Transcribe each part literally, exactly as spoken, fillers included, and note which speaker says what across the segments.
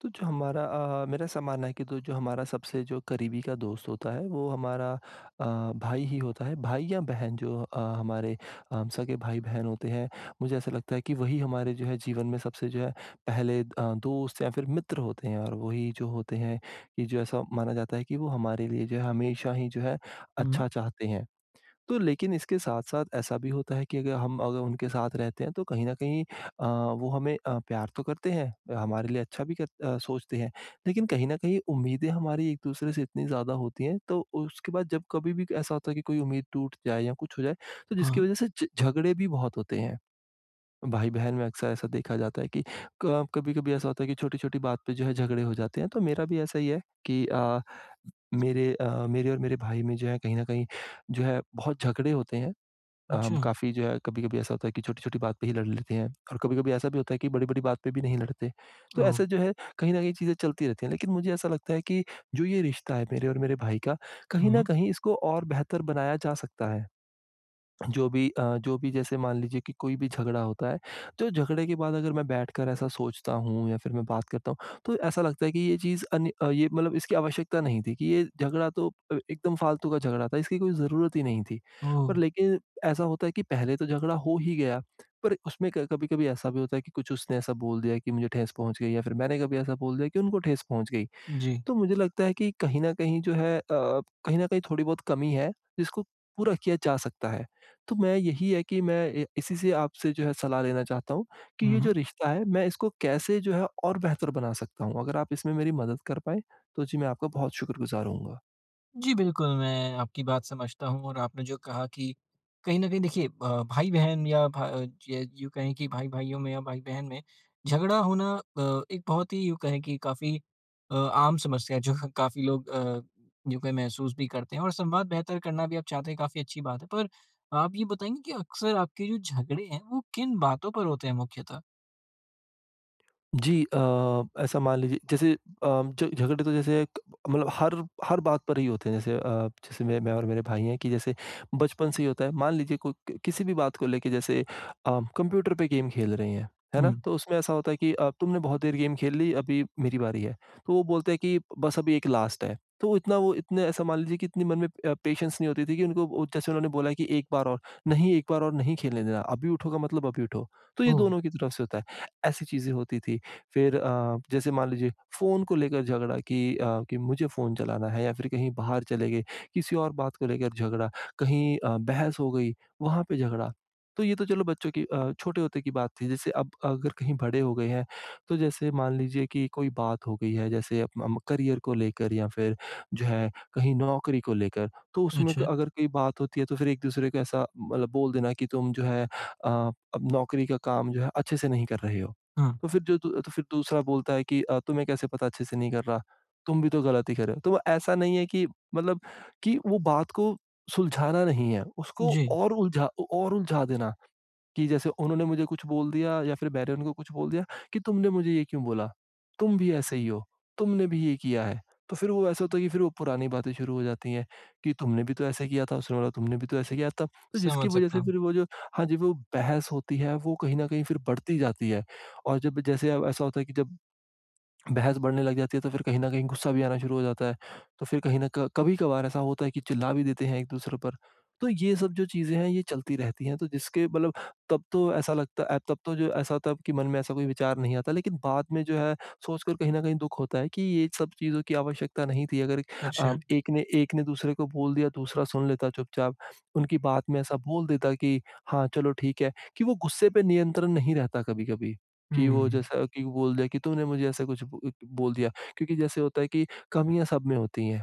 Speaker 1: तो जो हमारा अ, मेरा ऐसा मानना है कि तो जो हमारा सबसे जो करीबी का दोस्त होता है वो हमारा अ, भाई ही होता है। भाई या बहन जो अ, हमारे अ, हम सगे भाई-बहन होते हैं। मुझे ऐसा लगता है कि वही हमारे जो है जीवन में सबसे जो है पहले अ, दोस्त या फिर मित्र होते हैं, और वही जो होते हैं, कि जो ऐसा माना जाता है कि वो हमारे लिए जो है हमेशा ही जो है
Speaker 2: हुँ,
Speaker 1: अच्छा चाहते हैं। तो लेकिन इसके साथ-साथ ऐसा भी होता है कि अगर हम अगर उनके साथ रहते हैं, तो कहीं न कहीं अ, वो हमें अ, प्यार तो करते हैं, हमारे लिए अच्छा भी कर अ, सोचते हैं। लेकिन कहीं न कहीं उम्मीदें हमारी एक-दूसरे से इतनी ज़्यादा होती हैं, तो उसके बाद जब कभी भी ऐसा होता है कि कोई उम्मीद टूट जाए या कुछ हो जाए, तो जिसकी
Speaker 2: हाँ,
Speaker 1: वज़ह से झ झगड़े भी बहुत होते हैं। भाई-बहन में अक्सर ऐसा देखा जाता है कि क कभी-कभी ऐसा होता है कि छोटी-छोटी बात पे जो है झगड़े हो जाते हैं। तो मेरा भी ऐसा ही है कि अ, मेरे अ, मेरे और मेरे भाई में जो है कहीं न कहीं जो है बहुत झगड़े होते हैं। अ, हम
Speaker 2: अच्छा।
Speaker 1: काफ़ी जो है, कभी-कभी ऐसा होता है कि छोटी-छोटी बात पे ही लड़ लेते हैं, और कभी-कभी ऐसा भी होता है कि बड़ी-बड़ी बात पे भी नहीं लड़ते। तो
Speaker 2: ओह!
Speaker 1: ऐसे जो है कहीं न कहीं चीज़ें चलती रहती हैं। लेकिन मुझे ऐसा लगता है कि जो ये रिश्ता है मेरे और मेरे भाई का, कहीं न
Speaker 2: हुँ,
Speaker 1: कहीं इसको और बेहतर बनाया जा सकता है। जो भी अ, जो भी, जैसे मान लीजिए कि कोई भी झगड़ा होता है, तो झगड़े के बाद अगर मैं बैठकर ऐसा सोचता हूँ या फिर मैं बात करता हूँ, तो ऐसा लगता है कि ये चीज़ अन अ, ये मतलब इसकी आवश्यकता नहीं थी, कि ये झगड़ा तो अ, एकदम फालतू का झगड़ा था, इसकी कोई ज़रूरत ही नहीं थी।
Speaker 2: ओह!
Speaker 1: पर लेकिन ऐसा होता है कि पहले तो झगड़ा हो ही गया, पर उसमें क कभी-कभी ऐसा भी होता है कि कुछ उसने ऐसा बोल दिया कि मुझे ठेस पहुँच गई, या फिर मैंने कभी ऐसा बोल दिया कि उनको ठेस पहुँच गई।
Speaker 2: जी।
Speaker 1: तो मुझे लगता है कि कहीं न कहीं जो है अ, कहीं न कहीं थोड़ी बहुत कमी है, जिसको पूरा किया जा सकता है। तो मैं यही है कि मैं ए इसी से आपसे जो है सलाह लेना चाहता हूँ कि
Speaker 2: हुँ,
Speaker 1: ये जो
Speaker 2: हुँ।
Speaker 1: रिश्ता है, मैं इसको कैसे जो है और बेहतर बना सकता हूँ? अगर आप इसमें मेरी मदद कर पाएँ, तो जी मैं आपका बहुत शुक्रगुज़ार होऊँगा।
Speaker 2: जी, बिल्कुल, मैं आपकी बात समझता हूँ और आपने जो कहा कि कहीं न कहीं देखिए अ, भाई-बहन या भा ज यूँ कहें कि भाई-भाइयों में या भाई-बहन में झगड़ा होना अ, एक बहुत ही यूँ कहें कि काफ़ी अ, आम समस्या है, जो काफ़ी लोग अ, यूँ कहें महसूस भी करते हैं और संवाद बेहतर करना भी आप चाहते हैं, काफ़ी अच्छी बात है। पर आप ये बताएँगे कि अक्सर आपके जो झगड़े हैं, वो किन बातों पर होते हैं मुख्यतः?
Speaker 1: जी अ, ऐसा मान लीजिए, जैसे अ, ज झगड़े तो जैसे क मतलब हर हर बात पर ही होते हैं। जैसे अ, जैसे मैं मैं और मेरे भाई हैं कि जैसे बचपन से ही होता है। मान लीजिए कोई क किसी भी बात को लेके, जैसे अ, कंप्यूटर पे गेम खेल रहे हैं, है ना?
Speaker 2: हुँ,
Speaker 1: तो उसमें ऐसा होता है कि अ, तुमने बहुत देर गेम खेल ली, अभी मेरी बारी है। तो वो बोलते हैं कि बस अभी एक लास्ट है। तो वो इतना वो इतने ऐसा मान लीजिए कि इतनी मन में अ, पेशेंस नहीं होती थी कि उनको वो, जैसे उन्होंने बोला कि एक बार और, नहीं एक बार और नहीं खेलने देना, अभी उठो का मतलब अभी उठो। तो ये
Speaker 2: ओह!
Speaker 1: दोनों की तरफ से होता है। ऐसी चीज़ें होती थी। फिर अ, जैसे मान लीजिए, फ़ोन को लेकर झगड़ा, कि अ, कि मुझे फ़ोन चलाना है, या फिर कहीं बाहर चले गए, किसी और बात को लेकर झगड़ा, कहीं अ, बहस हो गई, वहाँ पे झगड़ा। तो ये तो चलो बच्चों की अ, छोटे होते की बात थी। जैसे अब अगर कहीं बड़े हो गए हैं, तो जैसे मान लीजिए कि कोई बात हो गई है, जैसे अप अम, करियर को लेकर या फिर जो है कहीं नौकरी को लेकर, तो उसमें क
Speaker 2: अच्छा,
Speaker 1: अगर कोई बात होती है, तो फिर एक-दूसरे को ऐसा मतलब बोल देना कि तुम जो है अ, अब नौकरी का काम जो है अच्छे से नहीं कर रहे हो।
Speaker 2: हाँ।
Speaker 1: तो फिर जो दू तो फिर दूसरा बोलता है कि अ, तुम्हें कैसे पता अच्छे से नहीं कर रहा? तुम भी तो गलत ही कर रहे हो। तो वो ऐसा नहीं है कि मतलब कि वो बात को सुलझाना नहीं है, उसको
Speaker 2: जी,
Speaker 1: और उलझा और उलझा देना। कि जैसे उन्होंने मुझे कुछ बोल दिया या फिर मैंने उनको कुछ बोल दिया कि तुमने मुझे ये क्यों बोला? तुम भी ऐसे ही हो, तुमने भी ये किया है। तो फिर वो ऐसा होता है कि फिर वो पुरानी बातें शुरू हो जाती हैं कि तुमने भी तो ऐसे किया था, उसने बोला तुमने भी तो ऐसे किया था। तो जिसकी
Speaker 2: समझ
Speaker 1: वजह
Speaker 2: सकता
Speaker 1: से
Speaker 2: हूँ।
Speaker 1: फिर वो जो, हाँ जी, वो बहस होती है वो कहीं न कहीं फिर बढ़ती जाती है। और जब जैसे अब ऐसा होता है कि जब बहस बढ़ने लग जाती है, तो फिर कहीं न कहीं गुस्सा भी आना शुरू हो जाता है। तो फिर कहीं न क कभी-कभार ऐसा होता है कि चिल्ला भी देते हैं एक-दूसरे पर। तो ये सब जो चीज़ें हैं, ये चलती रहती हैं, तो जिसके मतलब तब तो ऐसा लगता अ, तब तो जो ऐसा तब कि मन में ऐसा कोई विचार नहीं आता, लेकिन बाद में जो है सोचकर कहीं न कहीं दुःख होता है कि ये सब चीज़ों की आवश्यकता नहीं थी। अगर अ,
Speaker 2: अच्छा,
Speaker 1: एक ने एक ने दूसरे को बोल दिया, दूसरा सुन लेता चुपचाप, उनकी बात में ऐसा बोल देता कि हाँ, चलो ठीक है, कि वो गुस्से पे नियंत्रण नहीं रहता कभी-कभी। कि वो
Speaker 2: हुँ,
Speaker 1: जैसा कि बोल दिया कि तूने मुझे ऐसा कुछ ब बोल दिया। क्योंकि जैसे होता है कि कमियाँ सब में होती हैं,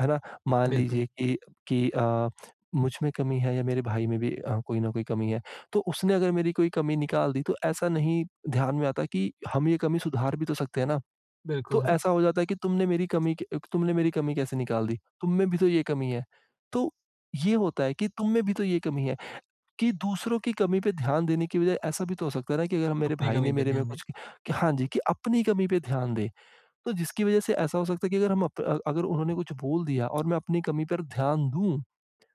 Speaker 1: है ना? मान
Speaker 2: बिल्कुल,
Speaker 1: लीजिए कि कि अ, मुझ में कमी है, या मेरे भाई में भी अ, कोई ना कोई कमी है। तो उसने अगर मेरी कोई कमी निकाल दी, तो ऐसा नहीं ध्यान में आता कि हम ये कमी सुधार भी तो सकते हैं ना? तो
Speaker 2: बिल्कुल हाँ,
Speaker 1: ऐसा हो जाता है कि तुमने मेरी कमी क तुमने मेरी कमी कैसे निकाल दी? तुम में भी तो ये कमी है। तो ये होता है कि तुम में भी तो ये कमी है। कि दूसरों की कमी पे ध्यान देने की बजाय ऐसा भी तो हो सकता है ना कि अगर हम, मेरे
Speaker 2: अपनी
Speaker 1: भाई ने
Speaker 2: कमी पे
Speaker 1: मेरे में
Speaker 2: ध्यान दें।
Speaker 1: कुछ, कि कि हाँ जी, कि अपनी कमी पे ध्यान दें। तो जिसकी वजह से ऐसा हो सकता है कि अगर हम अप अ, अगर उन्होंने कुछ बोल दिया और मैं अपनी कमी पर ध्यान दूँ,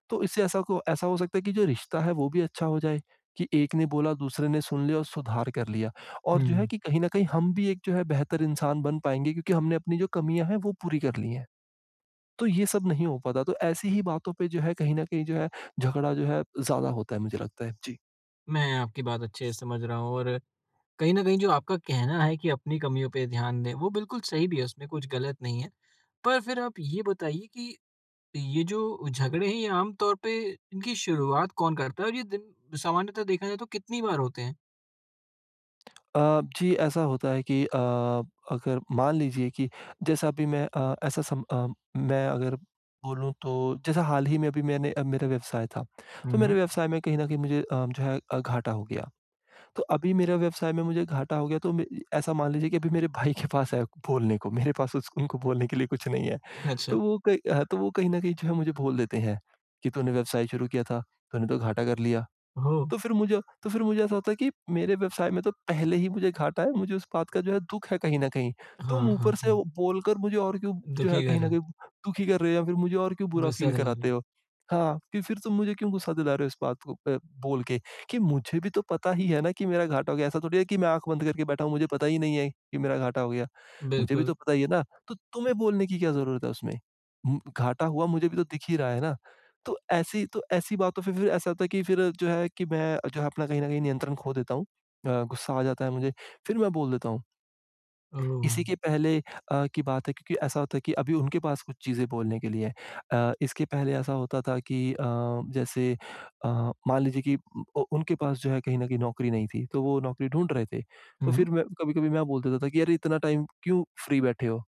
Speaker 1: तो इससे ऐसा को ऐसा हो सकता है कि जो रिश्ता है वो भी अच्छा हो जाए, कि एक ने बोला, दूसरे ने सुन लिया और सुधार कर लिया। और जो है
Speaker 2: हुँ,
Speaker 1: कि कहीं न कहीं हम भी एक जो है बेहतर इंसान बन पाएँगे, क्योंकि हमने अपनी जो कमियाँ हैं वो पूरी कर ली हैं। तो ये सब नहीं हो पाता, तो ऐसी ही बातों पे जो है कहीं न कहीं जो है झगड़ा जो है ज़्यादा होता है मुझे लगता है।
Speaker 2: मैं आपकी बात अच्छे से समझ रहा हूँ और कहीं न कहीं जो आपका कहना है कि अपनी कमियों पे ध्यान दें, वो बिल्कुल सही भी है, उसमें कुछ गलत नहीं है। पर फिर आप ये बताइए कि ये जो झगड़े हैं, ये आम तौर पे इनकी शुरुआत कौन करता है और ये दिन सामान्यतः देखा जाए तो कितनी बार होते हैं?
Speaker 1: अ, जी, ऐसा होता है कि अ, अगर मान लीजिए कि जैसा अभी मैं अ, ऐसा सम अ, मैं अगर बोलूँ तो, जैसा हाल ही में अभी मैंने अ, मेरा व्यवसाय था,
Speaker 2: हुँ,
Speaker 1: तो मेरे
Speaker 2: हुँ,
Speaker 1: व्यवसाय में कहीं न कहीं मुझे अ, जो है अ, घाटा हो गया। तो अभी मेरा व्यवसाय में मुझे घाटा हो गया, तो मैं ऐसा मान लीजिए कि अभी मेरे भाई के पास है बोलने को, मेरे पास उस उनको बोलने के लिए कुछ नहीं है।
Speaker 2: अच्छा,
Speaker 1: तो वो कहीं अ, तो वो कहीं न कहीं जो है मुझे बोल देते हैं कि, "तूने व्यवसाय शुरू किया था, तूने तो घाटा कर लिया।"
Speaker 2: ओह!
Speaker 1: तो फिर मुझे तो फिर मुझे ऐसा होता है कि मेरे व्यवसाय में तो पहले ही मुझे घाटा है, मुझे उस बात का जो है दुःख है कहीं न कहीं। तुम
Speaker 2: हाँ, हाँ,
Speaker 1: ऊपर से
Speaker 2: हाँ,
Speaker 1: वो बोलकर मुझे और क्यों जो है
Speaker 2: दुखी कर
Speaker 1: कहीं
Speaker 2: रहे
Speaker 1: न
Speaker 2: हैं,
Speaker 1: कहीं दुखी कर रहे हो, या फिर मुझे और क्यों बुरा
Speaker 2: गुस्सा
Speaker 1: फ़ील
Speaker 2: दिला रहे
Speaker 1: कराते
Speaker 2: हैं,
Speaker 1: हो? हाँ, कि फिर तुम मुझे क्यों गुस्सा दिला रहे हो इस बात को अ, बोल के, कि मुझे भी तो पता ही है ना कि मेरा घाटा हो गया। ऐसा थोड़ी है कि मैं आँख बंद करके बैठा हूँ, मुझे पता ही नहीं है कि मेरा घाटा हो गया। मुझे भी
Speaker 2: बिल्कुल,
Speaker 1: तो पता ही है ना, तो तुम्हें बोलने की क्या ज़रूरत है उसमें? उम, घाटा हुआ मुझे भी तो दिख ही रहा है ना। तो ऐसी तो ऐसी बातों पे फिर ऐसा होता है कि फिर जो है कि मैं जो है अपना कहीं न कहीं नियंत्रण खो देता हूँ। अ, गुस्सा आ जाता है मुझे, फिर मैं बोल देता हूँ।
Speaker 2: ओह!
Speaker 1: इसी के पहले अ, की बात है क्योंकि ऐसा होता है कि अभी उनके पास कुछ चीज़ें बोलने के लिए है। अ, इसके पहले ऐसा होता था कि अ, जैसे अ, मान लीजिए कि उ उनके पास जो है कहीं न कहीं नौकरी नहीं थी, तो वो नौकरी ढूँढ रहे थे।
Speaker 2: हुँ,
Speaker 1: तो
Speaker 2: हुँ,
Speaker 1: फिर मैं कभी-कभी मैं बोल देता था कि, "अरे! इतना टाइम क्यों फ्री बैठे हो?"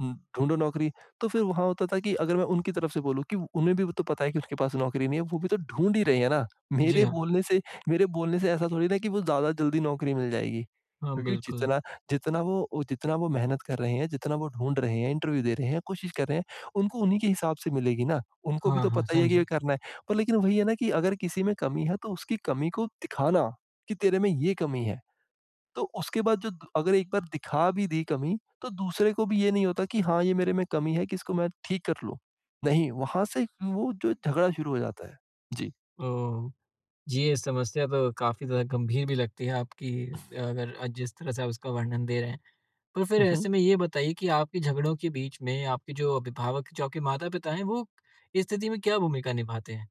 Speaker 1: उम, ढूँढो नौकरी। तो फिर वहाँ होता था कि अगर मैं उनकी तरफ से बोलूँ कि उन्हें भी तो पता है कि उनके पास नौकरी नहीं है, वो भी तो ढूँढ ही रही है ना।
Speaker 2: जी
Speaker 1: मेरे
Speaker 2: हाँ।
Speaker 1: बोलने से मेरे बोलने से ऐसा थोड़ी ना कि वो ज़्यादा जल्दी नौकरी मिल जाएगी।
Speaker 2: हाँ,
Speaker 1: क्योंकि
Speaker 2: बिल्कुल।
Speaker 1: जितना जितना वो वो- जितना वो मेहनत कर रहे हैं, जितना वो ढूँढ रहे हैं, इंटरव्यू दे रहे हैं, कोशिश कर रहे हैं, उनको उन्हीं के हिसाब से मिलेगी ना। उनको भी
Speaker 2: हाँ,
Speaker 1: तो
Speaker 2: हाँ,
Speaker 1: पता ही है कि ये
Speaker 2: समझा।
Speaker 1: करना है। पर लेकिन वही है ना कि अगर किसी में कमी है तो उसकी कमी को दिखाना कि तेरे में ये कमी है। तो उसके बाद जो द अगर एक बार दिखा भी दी कमी, तो दूसरे को भी ये नहीं होता कि हाँ, ये मेरे में कमी है कि इसको मैं ठीक कर लूँ। नहीं, वहाँ से वो जो झगड़ा शुरू हो जाता है। जी।
Speaker 2: ओह! ये समस्या तो काफ़ी ज़्यादा गंभीर भी लगती है आपकी अगर अ, जिस तरह से आप उसका वर्णन दे रहे हैं। पर फिर
Speaker 1: हुँ, हुँ।
Speaker 2: ऐसे में ये बताइए कि आपके झगड़ों के बीच में आपके जो अभिभावक, जो आपके माता-पिता हैं, वो इस स्थिति में क्या भूमिका निभाते हैं?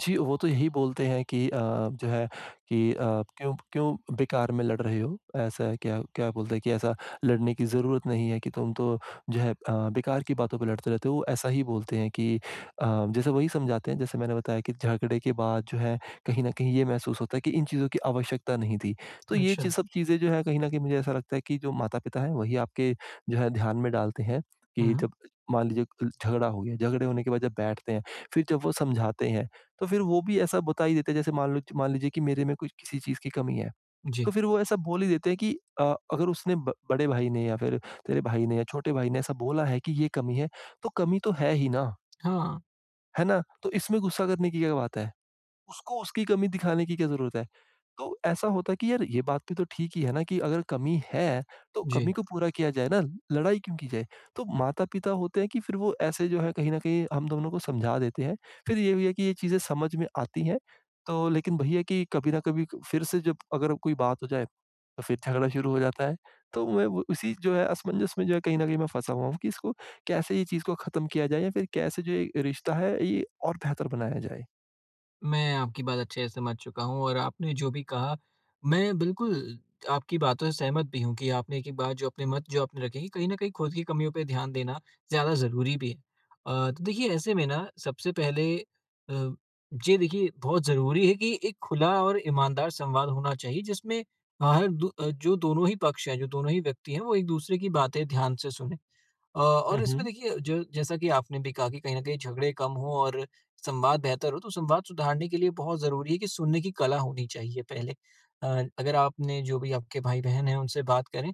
Speaker 1: जी, वो तो यही बोलते हैं कि अ, जो है कि अ, "क्यों क्यों बेकार में लड़ रहे हो?" ऐसा क्या क्या बोलते हैं कि ऐसा लड़ने की ज़रूरत नहीं है कि तुम तो जो है अ, बेकार की बातों पे लड़ते रहते हो। वो ऐसा ही बोलते हैं कि अ, जैसे वही समझाते हैं जैसे मैंने बताया कि झगड़े के बाद जो है कहीं न कहीं ये महसूस होता है कि इन चीज़ों की आवश्यकता नहीं थी। तो ये चीज़
Speaker 2: अच्छा।
Speaker 1: सब चीज़ें जो है कहीं न कहीं मुझे ऐसा लगता है कि जो माता-पिता हैं वही आपके जो है ध्यान में डालते हैं
Speaker 2: हुँ,
Speaker 1: कि
Speaker 2: हुँ।
Speaker 1: जब मान लीजिए झगड़ा हो गया, झगड़े होने के बाद जब बैठते हैं, फिर जब वो समझाते हैं, तो फिर वो भी ऐसा बता ही देते हैं जैसे मान लो मान लीजिए कि मेरे में कुछ किसी चीज़ की कमी है, तो
Speaker 2: जी।
Speaker 1: फिर वो ऐसा बोल ही देते हैं कि अ, अगर उसने ब बड़े भाई ने या फिर तेरे भाई ने या छोटे भाई ने ऐसा बोला है कि ये कमी है, तो कमी तो है ही ना,
Speaker 2: हाँ,
Speaker 1: है ना? तो इसमें गुस्सा करने की क्या बात है? उसको उसकी कमी दिखाने की क्या ज़रूरत है? तो ऐसा होता है कि यार ये बात भी तो ठीक ही है ना कि अगर कमी है, तो कमी
Speaker 2: जी।
Speaker 1: को पूरा किया जाए ना, लड़ाई क्यों की जाए? तो माता-पिता होते हैं कि फिर वो ऐसे जो है कहीं न कहीं हम दोनों को समझा देते हैं। फिर ये भी है कि ये चीज़ें समझ में आती हैं, तो लेकिन वही है कि कभी न कभी फिर से जब अगर कोई बात हो जाए, तो फिर झगड़ा शुरू हो जाता है। तो मैं वो उसी जो है असमंजस में जो है कहीं न कहीं मैं फँसा हुआ हूँ कि इसको कैसे ये चीज़ को ख़त्म किया जाए या फिर कैसे जो ये रिश्ता है ये और बेहतर बनाया जाए?
Speaker 2: मैं आपकी बात अच्छे से समझ चुका हूँ और आपने जो भी कहा, मैं बिल्कुल आपकी बातों से सहमत भी हूँ कि आपने की बात जो अपने मत जो आपने रखे कि कहीं न कहीं खुद की कमियों पे ध्यान देना ज़्यादा ज़रूरी भी है। अ, तो देखिए ऐसे में ना सबसे पहले अ, ये देखिए बहुत ज़रूरी है कि एक खुला और ईमानदार संवाद होना चाहिए जिसमें हर दो अ, जो दोनों ही पक्ष हैं, जो दोनों ही व्यक्ति हैं, वो एक-दूसरे की बातें ध्यान से सुनें। अ,
Speaker 1: हुँ,
Speaker 2: और इसमें
Speaker 1: हुँ।
Speaker 2: देखिए जो जैसा कि आपने भी कहा कि कहीं न कहीं झगड़े कम हो और संवाद बेहतर हो, तो संवाद सुधारने के लिए बहुत ज़रूरी है कि सुनने की कला होनी चाहिए पहले। अ, अगर आपने जो भी आपके भाई-बहन हैं उनसे बात करें,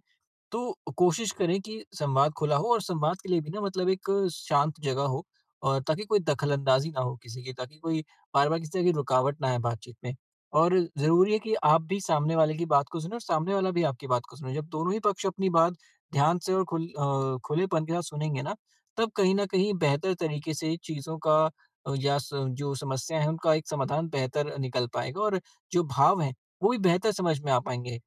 Speaker 2: तो कोशिश करें कि संवाद खुला हो और संवाद के लिए भी ना मतलब एक शांत जगह हो और ताकि कोई दखलंदाजी ना हो किसी की, ताकि कोई बार-बार किसी तरह की रुकावट ना आए बातचीत में। और ज़रूरी है कि आप भी सामने वाले की बात को सुनें और सामने वाला भी आपकी बात को सुने। जब दोनों ही पक्ष अपनी बात ध्यान से और खुल अ, खुलेपन के साथ सुनेंगे ना, तब कहीं न कहीं बेहतर तरीके से चीज़ों का अ, या स जो समस्या है उनका एक समाधान बेहतर निकल पाएगा और जो भाव हैं, वो भी बेहतर समझ में आ पाएँगे।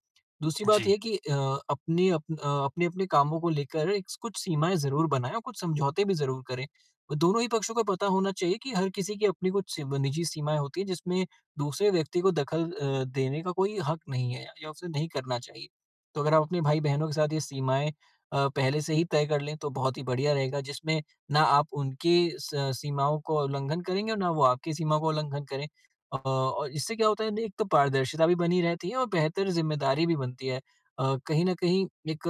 Speaker 2: दूसरी
Speaker 1: जी।
Speaker 2: बात ये है कि अ, अपने अपन अ, अपने-अपने कामों को लेकर एक कुछ सीमाएँ ज़रूर बनाएँ और कुछ समझौते भी ज़रूर करें। और दोनों ही पक्षों को पता होना चाहिए कि हर किसी की अपनी कुछ सीम निजी सीमाएँ होती हैं जिसमें दूसरे व्यक्ति को दखल अ, देने का कोई हक नहीं है या उसे नहीं करना चाहिए। तो अगर आप अपने भाई-बहनों के साथ ये सीमाएँ अ, पहले से ही तय कर लें तो बहुत ही बढ़िया रहेगा जिसमें ना आप उनकी स सीमाओं को उल्लंघन करेंगे और ना वो आपकी सीमा को उल्लंघन करें। अ, और इससे क्या होता है ना, एक तो पारदर्शिता भी बनी रहती है और बेहतर ज़िम्मेदारी भी बनती है। अ, कहीं न कहीं एक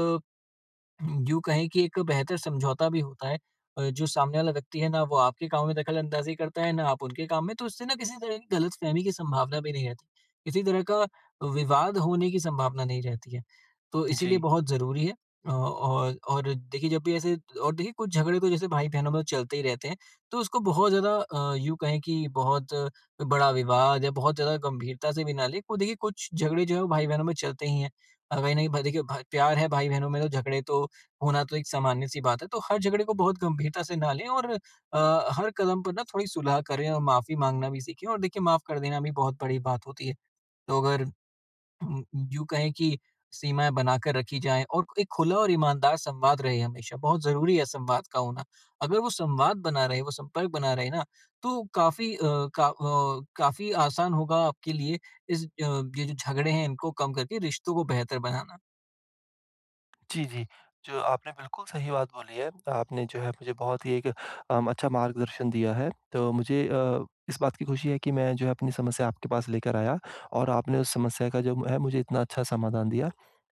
Speaker 2: यूँ कहें कि एक बेहतर समझौता भी होता है। अ, जो सामने वाला व्यक्ति है ना, वो आपके काम में दखल-अंदाज़ी करता है, ना आप उनके काम में, तो उससे ना किसी तरह की गलतफ़हमी की संभावना भी नहीं रहती। किसी तरह का विवाद होने की संभावना नहीं रहती है। तो
Speaker 1: जी।
Speaker 2: इसीलिए बहुत ज़रूरी है। अ, और और देखिए जब भी ऐसे और देखिए कुछ झगड़े तो जैसे भाई-बहनों में चलते ही रहते हैं, तो उसको बहुत ज़्यादा अ, यूँ कहें कि बहुत अ, बड़ा विवाद या बहुत ज़्यादा गंभीरता से भी ना लें। वो देखिए कुछ झगड़े जो हैं वो भाई-बहनों में चलते ही हैं। अ, कहीं न कहीं भ देखिए भ प्यार है भाई-बहनों में तो झगड़े तो होना तो एक सामान्य-सी बात है, तो हर झगड़े को बहुत गंभीरता से ना लें और अ, हर कदम पर ना थोड़ी सुलह करें और माफ़ी माँगना भी सीखें और देखिए माफ़ कर देना भी बहुत बड़ी बात होती है। तो अगर उम, यूँ कहें कि सीमाएँ बनाकर रखी जाएँ और एक खुला और ईमानदार संवाद रहे हमेशा, बहुत ज़रूरी है संवाद का होना। अगर वो संवाद बना रहे, वो संपर्क बना रहे ना, तो काफ़ी अ, का अ, काफ़ी आसान होगा आपके लिए इस अ, ये जो झगड़े हैं इनको कम करके रिश्तों को बेहतर बनाना।
Speaker 1: जी, जी। जो आपने बिल्कुल सही बात बोली है। आपने जो है मुझे बहुत ही एक अम, अच्छा मार्गदर्शन दिया है। तो मुझे अ, इस बात की खुशी है कि मैं जो है अपनी समस्या आपके पास लेकर आया और आपने उस समस्या का जो है मुझे इतना अच्छा समाधान दिया।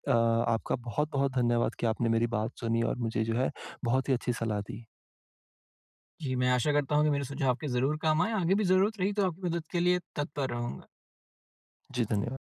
Speaker 1: अ, आपका बहुत-बहुत धन्यवाद कि आपने मेरी बात सुनी और मुझे जो है बहुत ही अच्छी सलाह दी।
Speaker 2: जी, मैं आशा करता हूँ कि मेरे सुझाव आपके ज़रूर काम आएँ, आगे भी ज़रूरत रही तो आपकी मदद के लिए तत्पर रहूँगा।
Speaker 1: जी, धन्यवाद।